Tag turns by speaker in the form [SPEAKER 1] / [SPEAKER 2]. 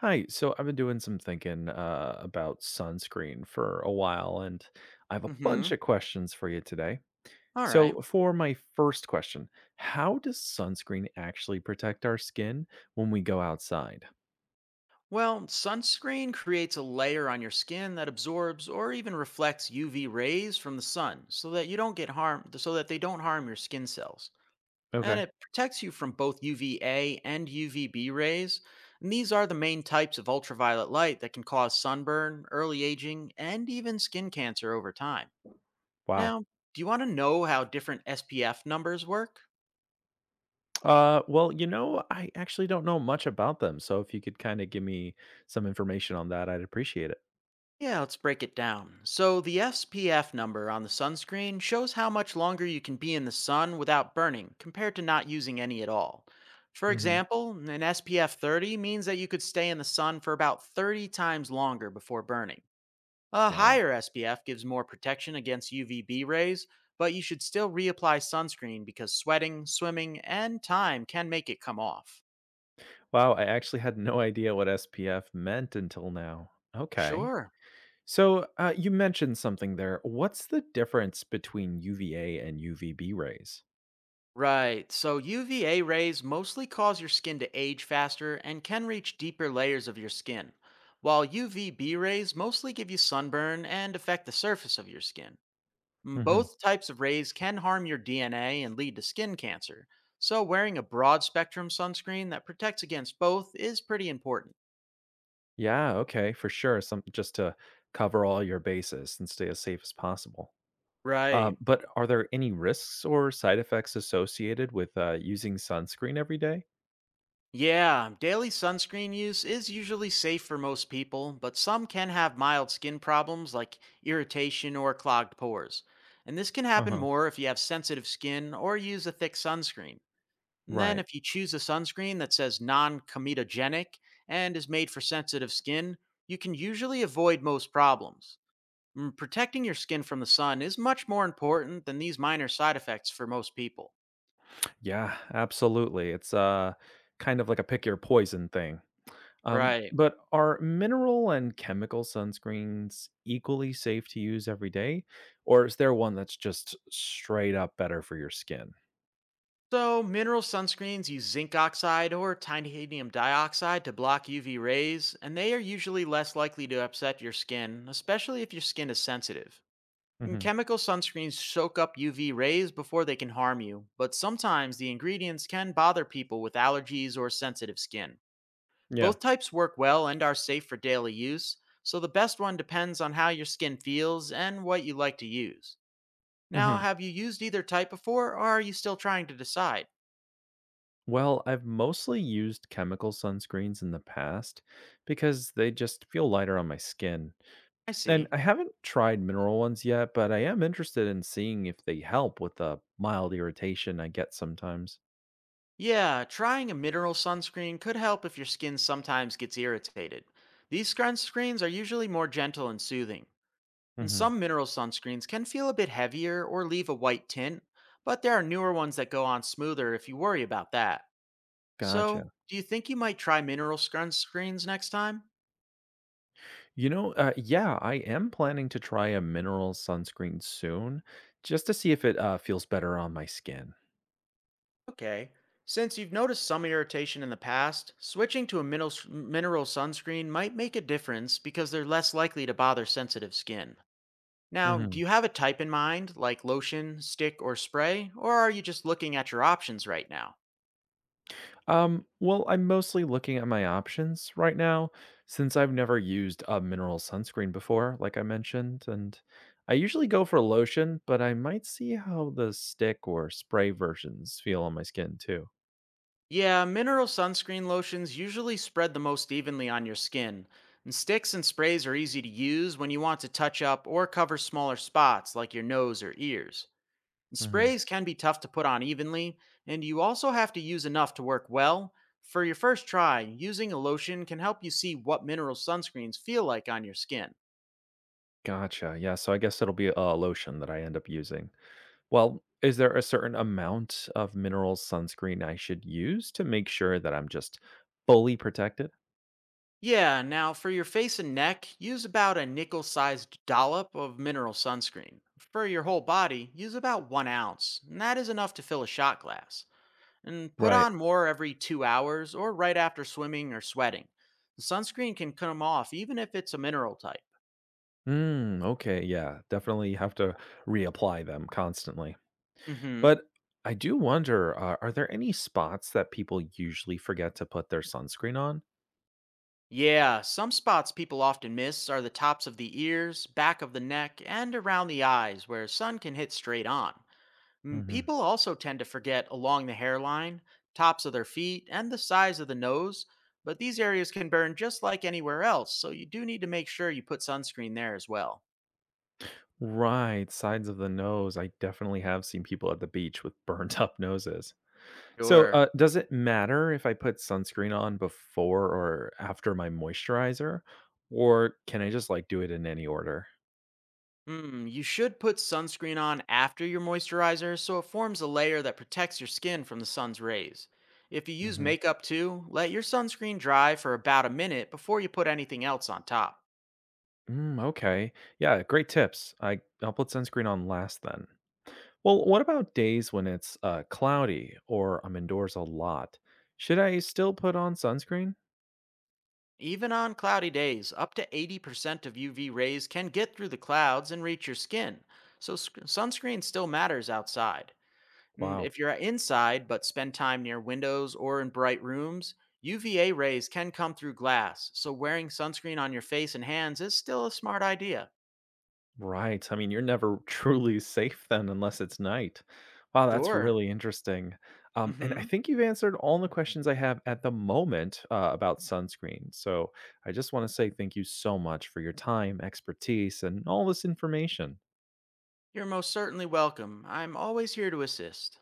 [SPEAKER 1] Hi. So I've been doing some thinking about sunscreen for a while, and I have a bunch
[SPEAKER 2] Mm-hmm.
[SPEAKER 1] of questions for you today.
[SPEAKER 2] All right.
[SPEAKER 1] So, for my first question, how does sunscreen actually protect our skin when we go outside?
[SPEAKER 2] Well, sunscreen creates a layer on your skin that absorbs or even reflects UV rays from the sun so that you don't get harmed so that they don't harm your skin cells. And
[SPEAKER 1] Okay.
[SPEAKER 2] it protects you from both UVA and UVB rays. And these are the main types of ultraviolet light that can cause sunburn, early aging, and even skin cancer over time. Now,
[SPEAKER 1] Wow.
[SPEAKER 2] do you want to know how different SPF numbers work?
[SPEAKER 1] Well, I actually don't know much about them. So, if you could kind of give me some information on that, I'd appreciate it.
[SPEAKER 2] Yeah, let's break it down. So, the SPF number on the sunscreen shows how much longer you can be in the sun without burning compared to not using any at all. For
[SPEAKER 1] Hmm
[SPEAKER 2] example, an SPF 30 means that you could stay in the sun for about 30 times longer before burning. A
[SPEAKER 1] Wow.
[SPEAKER 2] higher SPF gives more protection against UVB rays, but you should still reapply sunscreen because sweating, swimming, and time can make it come off.
[SPEAKER 1] Wow, I actually had no idea what SPF meant until now. Okay.
[SPEAKER 2] Sure.
[SPEAKER 1] So, you mentioned something there. What's the difference between UVA and UVB rays?
[SPEAKER 2] Right. So UVA rays mostly cause your skin to age faster and can reach deeper layers of your skin, while UVB rays mostly give you sunburn and affect the surface of your skin. Mm,
[SPEAKER 1] Hmm
[SPEAKER 2] both types of rays can harm your DNA and lead to skin cancer, so wearing a broad spectrum sunscreen that protects against both is pretty important.
[SPEAKER 1] Yeah, okay, for sure. Some just to cover all your bases and stay as safe as possible.
[SPEAKER 2] Right.
[SPEAKER 1] But are there any risks or side effects associated with using sunscreen every day?
[SPEAKER 2] Yeah, daily sunscreen use is usually safe for most people, but some can have mild skin problems like irritation or clogged pores. And this can
[SPEAKER 1] Uh
[SPEAKER 2] happen
[SPEAKER 1] huh.
[SPEAKER 2] more if you have sensitive skin or use a thick sunscreen. And then,
[SPEAKER 1] Right.
[SPEAKER 2] if you choose a sunscreen that says non comedogenic and is made for sensitive skin, you can usually avoid most problems. Mm, protecting your skin from the sun is much more important than these minor side effects for most people.
[SPEAKER 1] Yeah, absolutely. It's kind of like a pick your poison thing.
[SPEAKER 2] Right.
[SPEAKER 1] But are mineral and chemical sunscreens equally safe to use every day, or is there one that's just straight up better for your skin?
[SPEAKER 2] So, mineral sunscreens use zinc oxide or titanium dioxide to block UV rays, and they are usually less likely to upset your skin, especially if your skin is sensitive. And
[SPEAKER 1] Hmm
[SPEAKER 2] chemical sunscreens soak up UV rays before they can harm you, but sometimes the ingredients can bother people with allergies or sensitive skin.
[SPEAKER 1] Yeah.
[SPEAKER 2] Both types work well and are safe for daily use, so the best one depends on how your skin feels and what you like to use. Now,
[SPEAKER 1] hmm
[SPEAKER 2] have you used either type before, or are you still trying to decide?
[SPEAKER 1] Well, I've mostly used chemical sunscreens in the past because they just feel lighter on my skin.
[SPEAKER 2] I
[SPEAKER 1] And
[SPEAKER 2] see.
[SPEAKER 1] I haven't tried mineral ones yet, but I am interested in seeing if they help with the mild irritation I get sometimes.
[SPEAKER 2] Yeah, trying a mineral sunscreen could help if your skin sometimes gets irritated. These sunscreens are usually more gentle and soothing, and
[SPEAKER 1] Mm-hmm.
[SPEAKER 2] some mineral sunscreens can feel a bit heavier or leave a white tint, but there are newer ones that go on smoother if you worry about that. So,
[SPEAKER 1] Gotcha.
[SPEAKER 2] do you think you might try mineral sunscreens next time?
[SPEAKER 1] Yeah, I am planning to try a mineral sunscreen soon, just to see if it feels better on my skin.
[SPEAKER 2] Okay. Since you've noticed some irritation in the past, switching to a mineral sunscreen might make a difference because they're less likely to bother sensitive skin. Now, do
[SPEAKER 1] Hmm
[SPEAKER 2] you have a type in mind, like lotion, stick, or spray, or are you just looking at your options right now?
[SPEAKER 1] Well, I'm mostly looking at my options right now, since I've never used a mineral sunscreen before, like I mentioned, and I usually go for lotion, but I might see how the stick or spray versions feel on my skin too.
[SPEAKER 2] Yeah, mineral sunscreen lotions usually spread the most evenly on your skin, and sticks and sprays are easy to use when you want to touch up or cover smaller spots like your nose or ears. And
[SPEAKER 1] Hmm
[SPEAKER 2] sprays can be tough to put on evenly, and you also have to use enough to work well. For your first try, using a lotion can help you see what mineral sunscreens feel like on your skin.
[SPEAKER 1] Gotcha. Yeah, so I guess it'll be a lotion that I end up using. Well, is there a certain amount of mineral sunscreen I should use to make sure that I'm just fully protected?
[SPEAKER 2] Yeah, now for your face and neck, use about a nickel sized dollop of mineral sunscreen. For your whole body, use about 1 ounce, and that is enough to fill a shot glass. And put
[SPEAKER 1] Right.
[SPEAKER 2] on more every 2 hours or right after swimming or sweating. Sunscreen can come off even if it's a mineral type.
[SPEAKER 1] Mm, okay, yeah, definitely have to reapply them constantly.
[SPEAKER 2] Hmm.
[SPEAKER 1] But I do wonder, are there any spots that people usually forget to put their sunscreen on?
[SPEAKER 2] Yeah, some spots people often miss are the tops of the ears, back of the neck, and around the eyes where sun can hit straight on. Mm,
[SPEAKER 1] Hmm
[SPEAKER 2] people also tend to forget along the hairline, tops of their feet, and the size of the nose, but these areas can burn just like anywhere else, so you do need to make sure you put sunscreen there as well.
[SPEAKER 1] Right, sides of the nose. I definitely have seen people at the beach with burnt up noses. So,
[SPEAKER 2] Sure.
[SPEAKER 1] does it matter if I put sunscreen on before or after my moisturizer, or can I just like do it in any order?
[SPEAKER 2] Hmm, you should put sunscreen on after your moisturizer so it forms a layer that protects your skin from the sun's rays. If you use
[SPEAKER 1] Hmm
[SPEAKER 2] makeup too, let your sunscreen dry for about a minute before you put anything else on top.
[SPEAKER 1] Mm, okay. Yeah, great tips. I'll put sunscreen on last then. Well, what about days when it's cloudy or I'm indoors a lot? Should I still put on sunscreen?
[SPEAKER 2] Even on cloudy days, up to 80% of UV rays can get through the clouds and reach your skin, so sunscreen still matters outside. And
[SPEAKER 1] Wow.
[SPEAKER 2] if you're inside but spend time near windows or in bright rooms, UVA rays can come through glass, so wearing sunscreen on your face and hands is still a smart idea.
[SPEAKER 1] Right. I mean, you're never truly safe then unless it's night. Wow, that's
[SPEAKER 2] Sure.
[SPEAKER 1] really interesting.
[SPEAKER 2] Mm
[SPEAKER 1] And I
[SPEAKER 2] hmm.
[SPEAKER 1] think you've answered all the questions I have at the moment about sunscreen. So I just want to say thank you so much for your time, expertise, and all this information.
[SPEAKER 2] You're most certainly welcome. I'm always here to assist.